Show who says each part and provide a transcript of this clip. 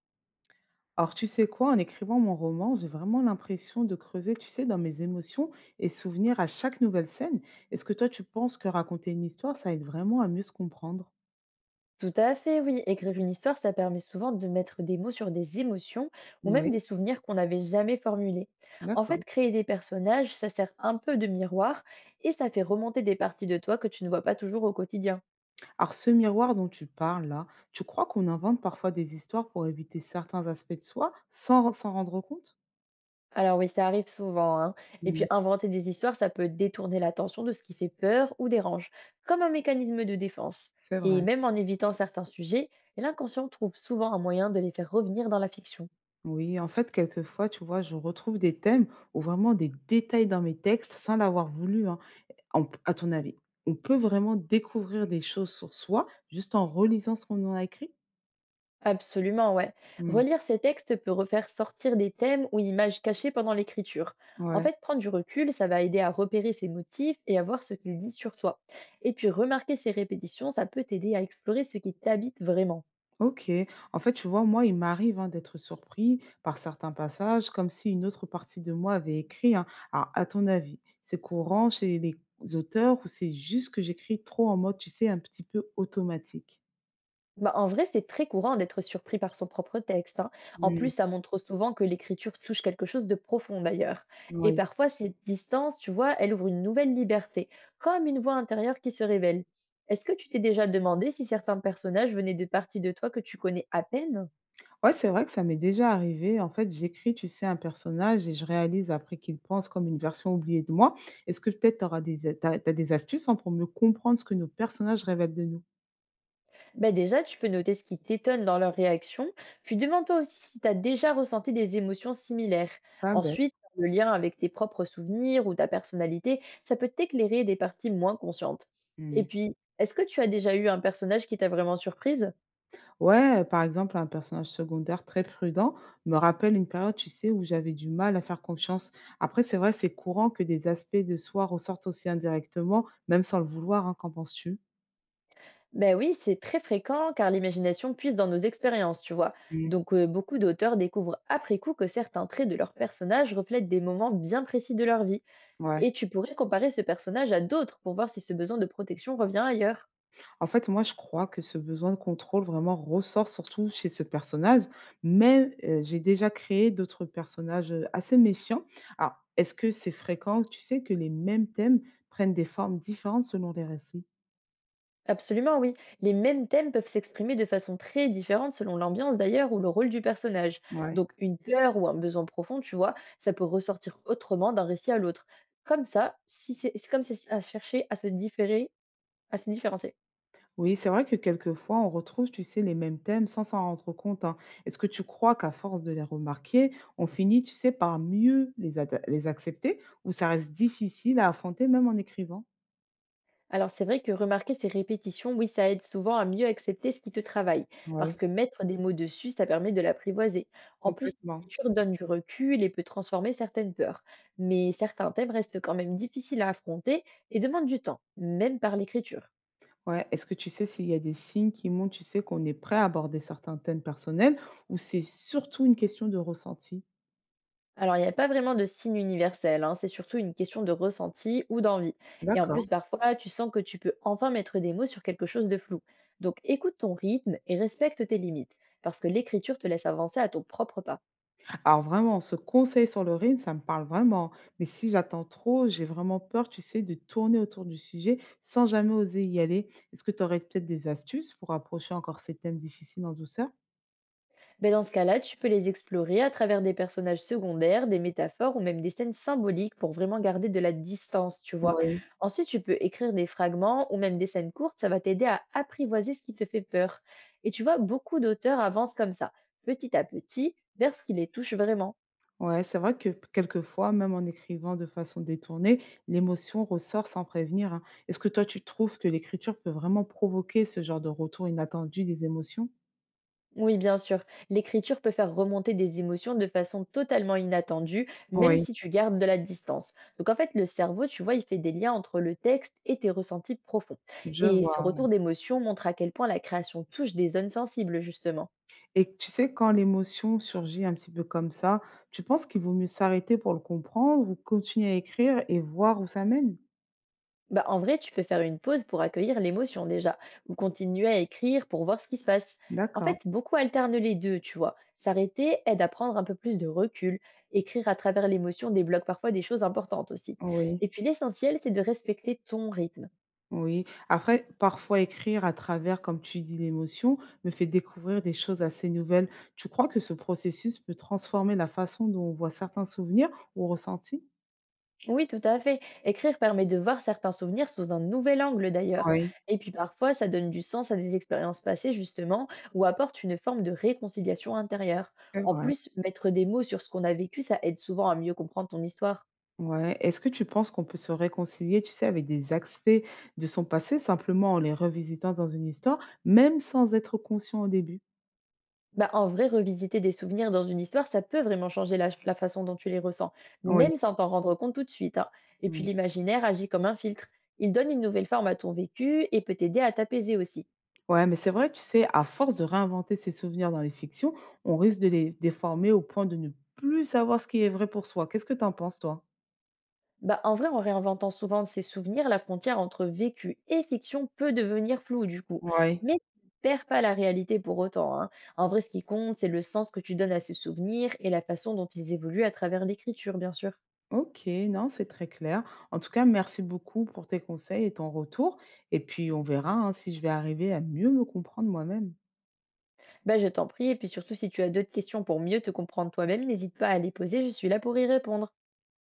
Speaker 1: Alors, tu sais quoi, en écrivant mon roman, j'ai vraiment l'impression de creuser, tu sais, dans mes émotions et souvenirs à chaque nouvelle scène. Est-ce que toi, tu penses que raconter une histoire, ça aide vraiment à mieux se comprendre?
Speaker 2: Tout à fait, oui. Écrire une histoire, ça permet souvent de mettre des mots sur des émotions ou même
Speaker 1: Oui,
Speaker 2: des souvenirs qu'on n'avait jamais formulés. En
Speaker 1: d'accord.
Speaker 2: fait, créer des personnages, ça sert un peu de miroir et ça fait remonter des parties de toi que tu ne vois pas toujours au quotidien.
Speaker 1: Alors, ce miroir dont tu parles là, tu crois qu'on invente parfois des histoires pour éviter certains aspects de soi sans s'en rendre compte?
Speaker 2: Alors oui, ça arrive souvent, hein. Et puis
Speaker 1: Mm,
Speaker 2: inventer des histoires, ça peut détourner l'attention de ce qui fait peur ou dérange, comme un mécanisme de défense.
Speaker 1: c'est
Speaker 2: Et
Speaker 1: vrai.
Speaker 2: même en évitant certains sujets, l'inconscient trouve souvent un moyen de les faire revenir dans la fiction.
Speaker 1: Oui, en fait, quelquefois, tu vois, je retrouve des thèmes ou vraiment des détails dans mes textes sans l'avoir voulu, hein. On p À ton avis, on peut vraiment découvrir des choses sur soi juste en relisant ce qu'on en a écrit?
Speaker 2: Absolument, ouais.
Speaker 1: Mmh.
Speaker 2: Relire ces textes peut refaire sortir des thèmes ou images cachées pendant l'écriture. En
Speaker 1: Ouais,
Speaker 2: fait, prendre du recul, ça va aider à repérer ses motifs et à voir ce qu'ils disent sur toi. Et puis, remarquer ces répétitions, ça peut t'aider à explorer ce qui t'habite vraiment.
Speaker 1: OK. En fait, tu vois, moi, il m'arrive, hein, d'être surpris par certains passages, comme si une autre partie de moi avait écrit, hein. Alors, à ton avis, c'est courant chez les auteurs ou c'est juste que j'écris trop en mode, tu sais, un petit peu automatique?
Speaker 2: Bah, en vrai, c'est très courant d'être surpris par son propre texte, hein. En plus,
Speaker 1: Mmh,
Speaker 2: ça montre souvent que l'écriture touche quelque chose de profond d'ailleurs. Et
Speaker 1: oui.
Speaker 2: parfois, cette distance, tu vois, elle ouvre une nouvelle liberté, comme une voix intérieure qui se révèle. Est-ce que tu t'es déjà demandé si certains personnages venaient de parties de toi que tu connais à peine?
Speaker 1: Ouais, c'est vrai que ça m'est déjà arrivé. En fait, j'écris, tu sais, un personnage et je réalise après qu'il pense comme une version oubliée de moi. Est-ce que peut-être t'as des astuces hein, pour mieux comprendre ce que nos personnages révèlent de nous?
Speaker 2: Bah déjà, tu peux noter ce qui t'étonne dans leur réaction, puis demande-toi aussi si tu as déjà ressenti des émotions similaires.
Speaker 1: Pas bête.
Speaker 2: Ensuite, le lien avec tes propres souvenirs ou ta personnalité, ça peut t'éclairer des parties moins conscientes. Et
Speaker 1: Hmm.
Speaker 2: puis, est-ce que tu as déjà eu un personnage qui t'a vraiment surprise?
Speaker 1: Ouais, par exemple, un personnage secondaire très prudent me rappelle une période, tu sais, où j'avais du mal à faire confiance. Après, c'est vrai, c'est courant que des aspects de soi ressortent aussi indirectement, même sans le vouloir, hein, qu'en penses-tu?
Speaker 2: Ben oui, c'est très fréquent car l'imagination puise dans nos expériences, tu vois.
Speaker 1: Hmm.
Speaker 2: Donc, beaucoup d'auteurs découvrent après coup que certains traits de leur personnage reflètent des moments bien précis de leur vie.
Speaker 1: Ouais.
Speaker 2: Et tu pourrais comparer ce personnage à d'autres pour voir si ce besoin de protection revient ailleurs.
Speaker 1: En fait, moi, je crois que ce besoin de contrôle vraiment ressort surtout chez ce personnage, mais j'ai déjà créé d'autres personnages, assez méfiants. Alors, est-ce que c'est fréquent, tu sais, que les mêmes thèmes prennent des formes différentes selon les récits?
Speaker 2: Absolument, oui. Les mêmes thèmes peuvent s'exprimer de façon très différente selon l'ambiance d'ailleurs ou le rôle du personnage.
Speaker 1: Ouais.
Speaker 2: Donc une peur ou un besoin profond, tu vois, ça peut ressortir autrement d'un récit à l'autre. Comme ça, si c'est comme si ça cherchait à se différer, à se différencier.
Speaker 1: Oui, c'est vrai que quelquefois, on retrouve, tu sais, les mêmes thèmes sans s'en rendre compte, hein. Est-ce que tu crois qu'à force de les remarquer, on finit, tu sais, par mieux les accepter ou ça reste difficile à affronter même en écrivant?
Speaker 2: Alors c'est vrai que remarquer ces répétitions, oui, ça aide souvent à mieux accepter ce qui te travaille, parce
Speaker 1: Ouais.
Speaker 2: que mettre des mots dessus, ça permet de l'apprivoiser. En plus,
Speaker 1: Complètement.
Speaker 2: l'écriture donne du recul et peut transformer certaines peurs. Mais certains thèmes restent quand même difficiles à affronter et demandent du temps, même par l'écriture.
Speaker 1: Ouais, est-ce que tu sais s'il y a des signes qui montrent, tu sais, qu'on est prêt à aborder certains thèmes personnels ou c'est surtout une question de ressenti?
Speaker 2: Alors il n'y a pas vraiment de signe universel, hein, c'est surtout une question de ressenti ou d'envie. Et en plus,
Speaker 1: D'accord.
Speaker 2: parfois, tu sens que tu peux enfin mettre des mots sur quelque chose de flou. Donc écoute ton rythme et respecte tes limites, parce que l'écriture te laisse avancer à ton propre pas.
Speaker 1: Alors vraiment, ce conseil sur le rythme, ça me parle vraiment. Mais si j'attends trop, j'ai vraiment peur, tu sais, de tourner autour du sujet sans jamais oser y aller. Est-ce que tu aurais peut-être des astuces pour approcher encore ces thèmes difficiles en douceur?
Speaker 2: Ben, dans ce cas-là, tu peux les explorer à travers des personnages secondaires, des métaphores ou même des scènes symboliques pour vraiment garder de la distance, tu vois.
Speaker 1: Oui.
Speaker 2: Ensuite, tu peux écrire des fragments ou même des scènes courtes, ça va t'aider à apprivoiser ce qui te fait peur. Et tu vois, beaucoup d'auteurs avancent comme ça, petit à petit, vers ce qui les touche vraiment.
Speaker 1: Ouais, c'est vrai que p quelquefois, même en écrivant de façon détournée, l'émotion ressort sans prévenir, hein. Est-ce que toi, tu trouves que l'écriture peut vraiment provoquer ce genre de retour inattendu des émotions?
Speaker 2: Oui, bien sûr. L'écriture peut faire remonter des émotions de façon totalement inattendue, même
Speaker 1: Oui,
Speaker 2: si tu gardes de la distance. Donc en fait, le cerveau, tu vois, il fait des liens entre le texte et tes ressentis profonds.
Speaker 1: je
Speaker 2: Et ce
Speaker 1: vois.
Speaker 2: retour d'émotion montre à quel point la création touche des zones sensibles, justement.
Speaker 1: Et tu sais, quand l'émotion surgit un petit peu comme ça, tu penses qu'il vaut mieux s'arrêter pour le comprendre ou continuer à écrire et voir où ça mène?
Speaker 2: Bah, en vrai, tu peux faire une pause pour accueillir l'émotion déjà, ou continuer à écrire pour voir ce qui se passe. En
Speaker 1: D'accord.
Speaker 2: fait, beaucoup alternent les deux, tu vois. S'arrêter aide à prendre un peu plus de recul. Écrire à travers l'émotion débloque parfois des choses importantes aussi.
Speaker 1: Oui.
Speaker 2: Et puis l'essentiel, c'est de respecter ton rythme.
Speaker 1: Oui, après, parfois écrire à travers, comme tu dis, l'émotion me fait découvrir des choses assez nouvelles. Tu crois que ce processus peut transformer la façon dont on voit certains souvenirs ou ressentis?
Speaker 2: Oui, tout à fait. Écrire permet de voir certains souvenirs sous un nouvel angle d'ailleurs.
Speaker 1: Oui.
Speaker 2: Et puis parfois, ça donne du sens à des expériences passées justement, ou apporte une forme de réconciliation intérieure.
Speaker 1: C'est
Speaker 2: En
Speaker 1: vrai.
Speaker 2: plus, mettre des mots sur ce qu'on a vécu, ça aide souvent à mieux comprendre ton histoire.
Speaker 1: Ouais. Est-ce que tu penses qu'on peut se réconcilier, tu sais, avec des aspects de son passé simplement en les revisitant dans une histoire, même sans être conscient au début?
Speaker 2: Bah, en vrai, revisiter des souvenirs dans une histoire, ça peut vraiment changer la façon dont tu les ressens, même
Speaker 1: Oui.
Speaker 2: sans t'en rendre compte tout de suite, hein. Et puis l'imaginaire agit comme un filtre. Il donne une nouvelle forme à ton vécu et peut t'aider à t'apaiser aussi.
Speaker 1: Ouais, mais c'est vrai, tu sais, à force de réinventer ses souvenirs dans les fictions, on risque de les déformer au point de ne plus savoir ce qui est vrai pour soi. Qu'est-ce que t'en penses, toi?
Speaker 2: Bah, en vrai, en réinventant souvent ses souvenirs, la frontière entre vécu et fiction peut devenir floue du coup.
Speaker 1: Ouais.
Speaker 2: Mais tu ne perds pas la réalité pour autant, hein. En vrai, ce qui compte, c'est le sens que tu donnes à ces souvenirs et la façon dont ils évoluent à travers l'écriture, bien sûr.
Speaker 1: Ok, non, c'est très clair. En tout cas, merci beaucoup pour tes conseils et ton retour. Et puis, on verra hein, si je vais arriver à mieux me comprendre moi-même.
Speaker 2: Bah, je t'en prie, et puis surtout, si tu as d'autres questions pour mieux te comprendre toi-même, n'hésite pas à les poser, je suis là pour y répondre.